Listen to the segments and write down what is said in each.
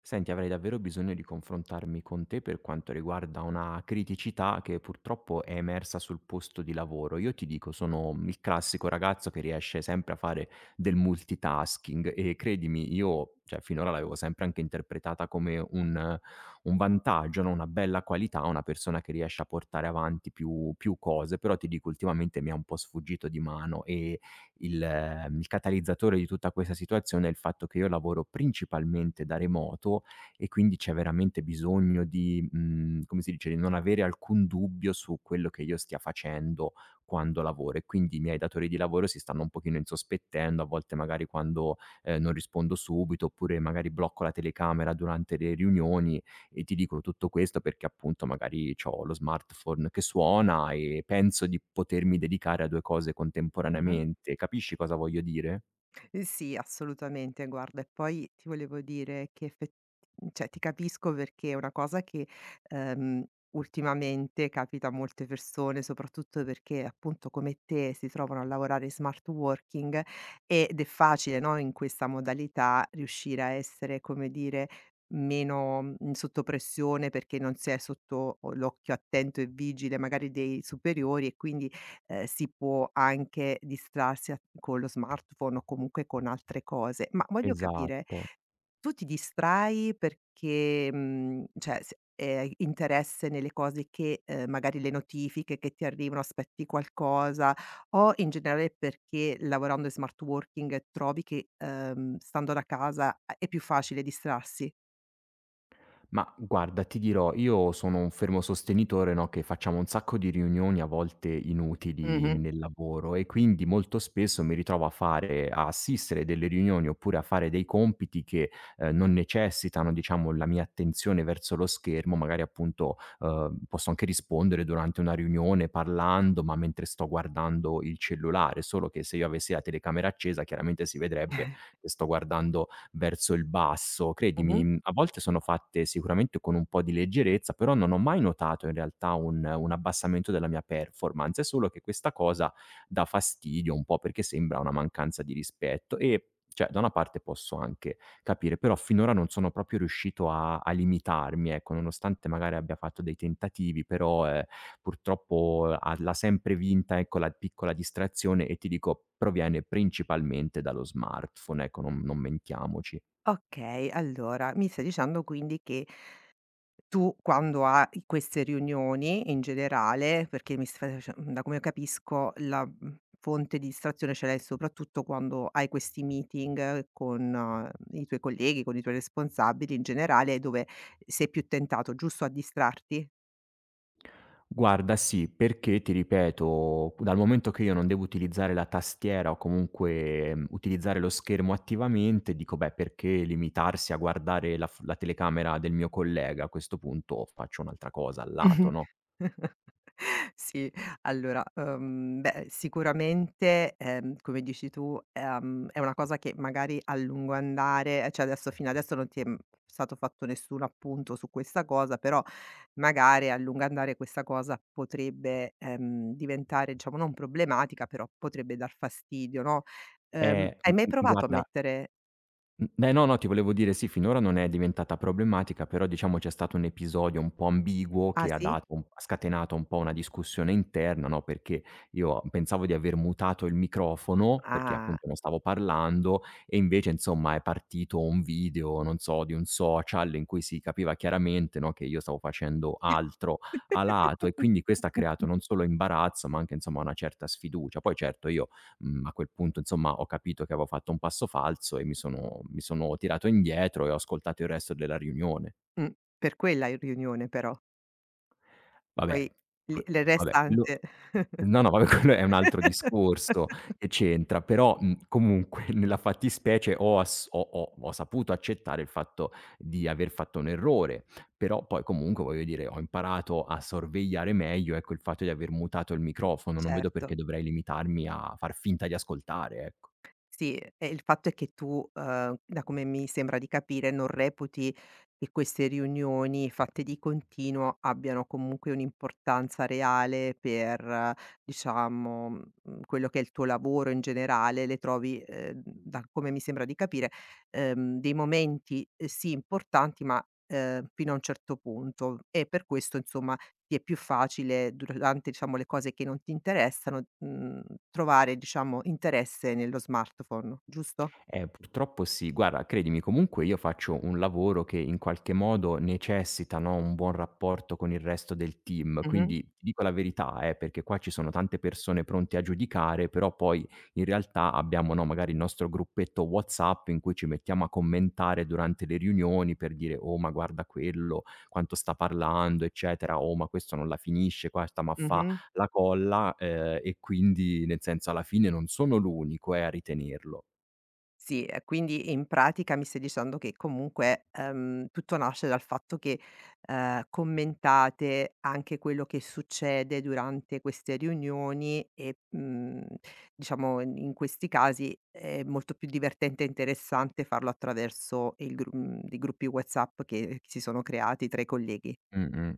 Senti, avrei davvero bisogno di confrontarmi con te per quanto riguarda una criticità che purtroppo è emersa sul posto di lavoro. Io ti dico, sono il classico ragazzo che riesce sempre a fare del multitasking e credimi, io, cioè, finora l'avevo sempre anche interpretata come un vantaggio, no? Una bella qualità, una persona che riesce a portare avanti più cose, però ti dico, ultimamente mi è un po' sfuggito di mano e il catalizzatore di tutta questa situazione è il fatto che io lavoro principalmente da remoto e quindi c'è veramente bisogno di, come si dice, di non avere alcun dubbio su quello che io stia facendo quando lavoro e quindi i miei datori di lavoro si stanno un pochino insospettendo, a volte magari quando, non rispondo subito, oppure magari blocco la telecamera durante le riunioni. E ti dico tutto questo perché appunto magari c'ho lo smartphone che suona e penso di potermi dedicare a due cose Mh-mh. contemporaneamente. Capisci cosa voglio dire? Eh sì, assolutamente. Guarda, e poi ti volevo dire che effet cioè ti capisco perché è una cosa che, ehm, ultimamente capita a molte persone, soprattutto perché appunto come te si trovano a lavorare in smart working ed è facile, no, in questa modalità riuscire a essere, come dire, meno, sotto pressione perché non si è sotto o l'occhio attento e vigile magari dei superiori e quindi si può anche distrarsi a con lo smartphone o comunque con altre cose. Ma voglio capire, Esatto. tu ti distrai perché, cioè se hai interesse nelle cose che magari le notifiche che ti arrivano, aspetti qualcosa, o in generale perché lavorando in smart working trovi che, stando da casa a è più facile distrarsi? Ma guarda, ti dirò, io sono un fermo sostenitore, no, che facciamo un sacco di riunioni a volte inutili Mh-mh, nel lavoro e quindi molto spesso mi ritrovo a assistere delle riunioni oppure a fare dei compiti che non necessitano, diciamo, la mia attenzione verso lo schermo, magari appunto posso anche rispondere durante una riunione parlando, ma mentre sto guardando il cellulare, solo che se io avessi la telecamera accesa chiaramente si vedrebbe che sto guardando verso il basso. mh-mh. Credimi, a volte sono fatte sicuramente con un po' di leggerezza, però non ho mai notato in realtà un abbassamento della mia performance, è solo che questa cosa dà fastidio un po' perché sembra una mancanza di rispetto e, cioè, da una parte posso anche capire, però finora non sono proprio riuscito a limitarmi, ecco, nonostante magari abbia fatto dei tentativi, però, purtroppo ha l'ha sempre vinta, ecco, la piccola distrazione e ti dico proviene principalmente dallo smartphone, ecco, non mentiamoci. Okay, allora mi stai dicendo quindi che tu quando hai queste riunioni in generale, perché mi stai face da come capisco la, fonte di distrazione ce l'hai soprattutto quando hai questi meeting con i tuoi colleghi, con i tuoi responsabili in generale, dove sei più tentato, giusto, a distrarti? Guarda sì, perché ti ripeto, dal momento che io non devo utilizzare la tastiera o comunque, utilizzare lo schermo attivamente, dico: "Beh, perché limitarsi a guardare la telecamera del mio collega? A questo punto faccio un'altra cosa al lato", no? Sì, allora, beh, sicuramente, come dici tu, è una cosa che magari a lungo andare cioè adesso fino adesso non ti è, stato fatto nessun appunto su questa cosa, però magari a lungo andare questa cosa potrebbe, diventare diciamo non problematica, però potrebbe dar fastidio, no, hai G mai g provato a guarda mettere. Beh, no, no, ti volevo dire, sì, finora non è diventata problematica, però diciamo c'è stato un episodio un po' ambiguo Ah che sì? Ha scatenato un po' una discussione interna, no, perché io pensavo di aver mutato il microfono, perché Ah. appunto non stavo parlando e invece insomma è partito un video, non so, di un social in cui si capiva chiaramente, no, che io stavo facendo altro a lato. E quindi questo ha creato non solo imbarazzo, ma anche insomma una certa sfiducia. Poi certo io, a quel punto insomma ho capito che avevo fatto un passo falso e mi sono tirato indietro e ho ascoltato il resto della riunione. Mh, per quella in riunione però. Vabbè, Poi il que il vabbè quello, restante. no, no, vabbè quello è un altro discorso che c'entra, però, comunque nella fattispecie ho ass ho ho ho saputo accettare il fatto di aver fatto un errore, però poi comunque voglio dire ho imparato a sorvegliare meglio, ecco, il fatto di aver mutato il microfono, non vedo perché Certo, dovrei limitarmi a far finta di ascoltare, ecco. sì, e il fatto è che tu, da come mi sembra di capire, non reputi che queste riunioni fatte di continuo abbiano comunque un'importanza reale per, diciamo, quello che è il tuo lavoro in generale, le trovi, da come mi sembra di capire, dei momenti, eh sì, importanti ma, fino a un certo punto e per questo insomma ti è più facile durante, diciamo, le cose che non ti interessano, trovare, diciamo, interesse nello smartphone, giusto? Purtroppo sì. Guarda, credimi, comunque io faccio un lavoro che in qualche modo necessita, no, un buon rapporto con il resto del team. Mh-mh, Quindi ti dico la verità, perché qua ci sono tante persone pronte a giudicare, però poi in realtà abbiamo, no, magari il nostro gruppetto WhatsApp in cui ci mettiamo a commentare durante le riunioni per dire: "Oh, ma guarda quello, quanto sta parlando, eccetera. Oh, ma questo non la finisce, questa ma fa mh-mh. la colla", e quindi nel senso alla fine non sono l'unico, a ritenerlo. Sì, e quindi in pratica mi stai dicendo che comunque, tutto nasce dal fatto che, commentate anche quello che succede durante queste riunioni e, diciamo in questi casi è molto più divertente e interessante farlo attraverso i gruppi WhatsApp che si sono creati tra i colleghi. Mh-mh.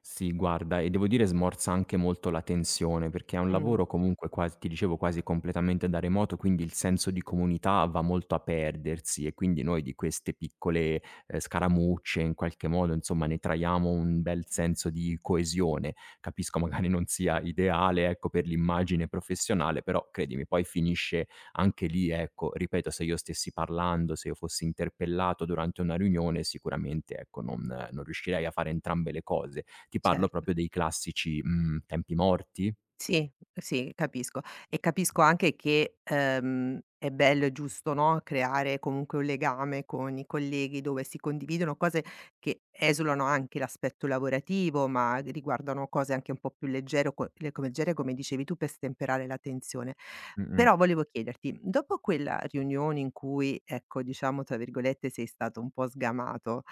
Sì, guarda, e devo dire smorza anche molto la tensione, perché è un Mh, lavoro comunque quasi, ti dicevo, quasi completamente da remoto, quindi il senso di comunità va molto a perdersi e quindi noi di queste piccole, scaramucce in qualche modo, insomma, ne traiamo un bel senso di coesione. Capisco magari non sia ideale, ecco, per l'immagine professionale, però credimi, poi finisce anche lì, ecco, ripeto, se io stessi parlando, se io fossi interpellato durante una riunione, sicuramente, ecco, non riuscirei a fare entrambe le cose. Ti parlo certo. proprio dei classici, tempi morti. Sì, sì, capisco. E capisco anche che, è bello e giusto, no, creare comunque un legame con i colleghi dove si condividono cose che esulano anche l'aspetto lavorativo, ma riguardano cose anche un po' più leggero co le co leggere, come dicevi tu, per stemperare la tensione. Mh-mh. Però volevo chiederti, dopo quella riunione in cui, ecco, diciamo, tra virgolette, "sei stato un po' sgamato".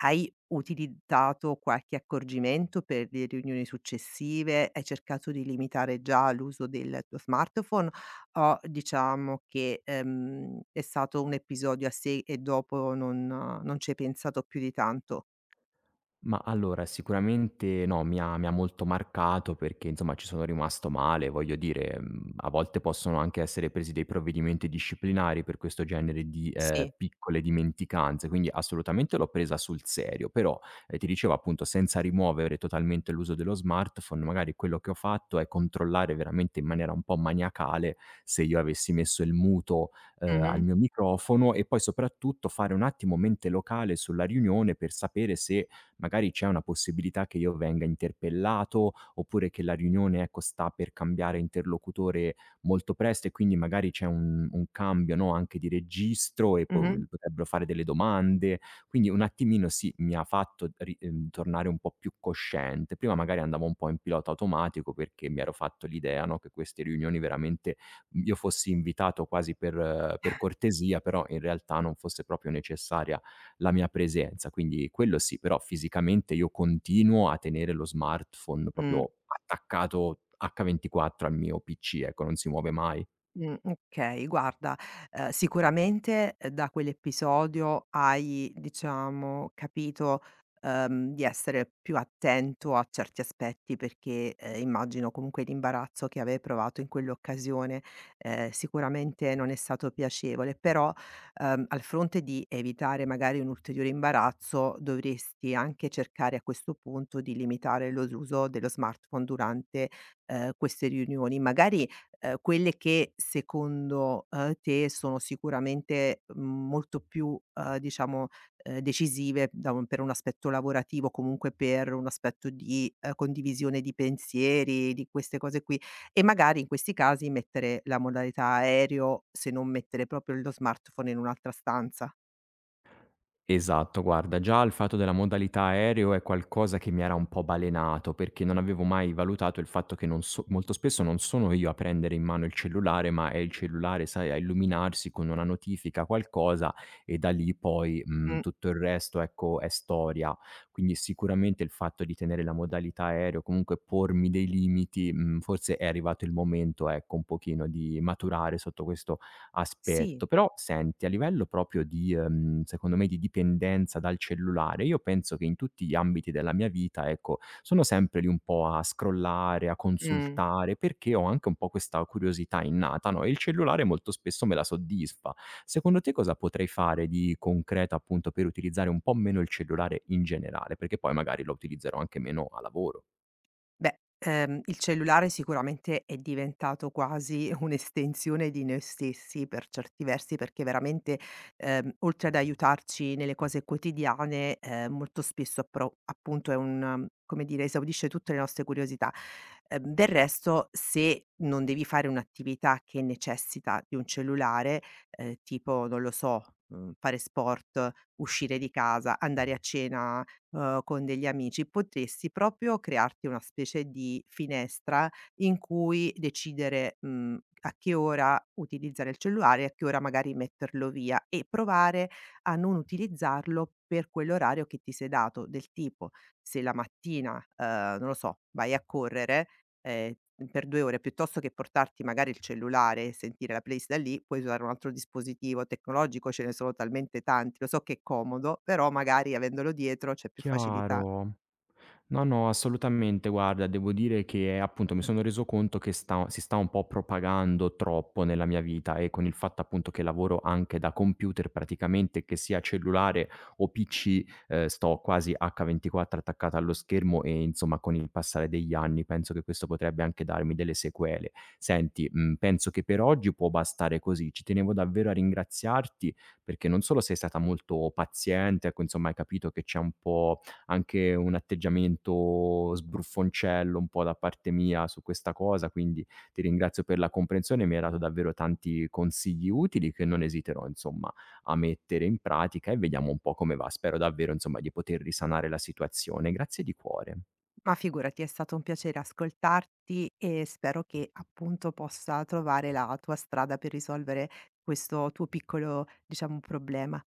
Hai utilizzato qualche accorgimento per le riunioni successive? Hai cercato di limitare già l'uso del tuo smartphone o diciamo che, è stato un episodio a sé e dopo non ci hai pensato più di tanto? Ma allora, sicuramente no, mi ha molto marcato perché, insomma, ci sono rimasto male. Voglio dire, a volte possono anche essere presi dei provvedimenti disciplinari per questo genere di, Sì. piccole dimenticanze, quindi assolutamente l'ho presa sul serio. Però, ti dicevo appunto, senza rimuovere totalmente l'uso dello smartphone, magari quello che ho fatto è controllare veramente in maniera un po' maniacale se io avessi messo il muto, al Mh-mh. mio microfono, e poi soprattutto fare un attimo mente locale sulla riunione per sapere se magari c'è una possibilità che io venga interpellato, oppure che la riunione, ecco, sta per cambiare interlocutore molto presto e quindi magari c'è un cambio, no, anche di registro e po Mh-mh. potrebbero fare delle domande. Quindi un attimino sì, mi ha fatto ri tornare un po' più cosciente. Prima magari andavo un po' in pilota automatico perché mi ero fatto l'idea, no, che queste riunioni veramente io fossi invitato quasi per cortesia, però in realtà non fosse proprio necessaria la mia presenza. Quindi quello sì, però fisicamente io continuo a tenere lo smartphone Mh. proprio attaccato H24 al mio PC, ecco, non si muove mai. Okay. Guarda, sicuramente, da quell'episodio hai, diciamo, capito, di essere più attento a certi aspetti perché, immagino comunque l'imbarazzo che avevi provato in quell'occasione, sicuramente non è stato piacevole, però, al fronte di evitare magari un ulteriore imbarazzo, dovresti anche cercare a questo punto di limitare lo l'uso dello smartphone durante, queste riunioni. Magari quelle che secondo, te sono sicuramente, molto più, diciamo, decisive da un per un aspetto lavorativo, comunque per un aspetto di, condivisione di pensieri, di queste cose qui. E magari in questi casi mettere la modalità aereo, se non mettere proprio lo smartphone in un'altra stanza. Esatto, guarda, già il fatto della modalità aereo è qualcosa che mi era un po' balenato, perché non avevo mai valutato il fatto che, non so, molto spesso non sono io a prendere in mano il cellulare, ma è il cellulare, sai, a illuminarsi con una notifica, qualcosa, e da lì poi, Mh. tutto il resto, ecco, è storia. Quindi sicuramente il fatto di tenere la modalità aereo, comunque pormi dei limiti, forse è arrivato il momento, ecco, un pochino di maturare sotto questo Sì. aspetto. Però senti, a livello proprio di secondo me, di dipendenza dal cellulare, io penso che in tutti gli ambiti della mia vita, ecco, sono sempre lì un po' a scrollare, a Mh. consultare, perché ho anche un po' questa curiosità innata, no, e il cellulare molto spesso me la soddisfa. Secondo te cosa potrei fare di concreto, appunto, per utilizzare un po' meno il cellulare in generale? Perché poi magari lo utilizzerò anche meno a lavoro. Beh, il cellulare sicuramente è diventato quasi un'estensione di noi stessi per certi versi, perché veramente, oltre ad aiutarci nelle cose quotidiane, molto spesso appro appunto è come dire, esaudisce tutte le nostre curiosità. Del resto, se non devi fare un'attività che necessita di un cellulare, tipo non lo so, fare sport, uscire di casa, andare a cena con degli amici, potresti proprio crearti una specie di finestra in cui decidere, a che ora utilizzare il cellulare e a che ora magari metterlo via e provare a non utilizzarlo per quell'orario che ti sei dato. Del tipo: se la mattina, non lo so, vai a correre, ehm, per 2 ore, piuttosto che portarti magari il cellulare e sentire la playlist da lì, puoi usare un altro dispositivo tecnologico, ce ne sono talmente tanti, lo so che è comodo, però magari avendolo dietro c'è più facilità. Chiaro. No, no, assolutamente. Guarda, devo dire che appunto mi sono reso conto che sta si sta un po' propagando troppo nella mia vita, e con il fatto appunto che lavoro anche da computer praticamente, che sia cellulare o PC, sto quasi H24 attaccato allo schermo e insomma con il passare degli anni penso che questo potrebbe anche darmi delle sequele. Senti, penso che per oggi può bastare così. Ci tenevo davvero a ringraziarti perché non solo sei stata molto paziente, ecco, insomma hai capito che c'è un po' anche un atteggiamento sbruffoncello un po' da parte mia su questa cosa, quindi ti ringrazio per la comprensione, mi hai dato davvero tanti consigli utili che non esiterò insomma a mettere in pratica e vediamo un po' come va. Spero davvero insomma di poter risanare la situazione. Grazie di cuore. Ma figurati, è stato un piacere ascoltarti e spero che appunto possa trovare la tua strada per risolvere questo tuo piccolo, diciamo, problema.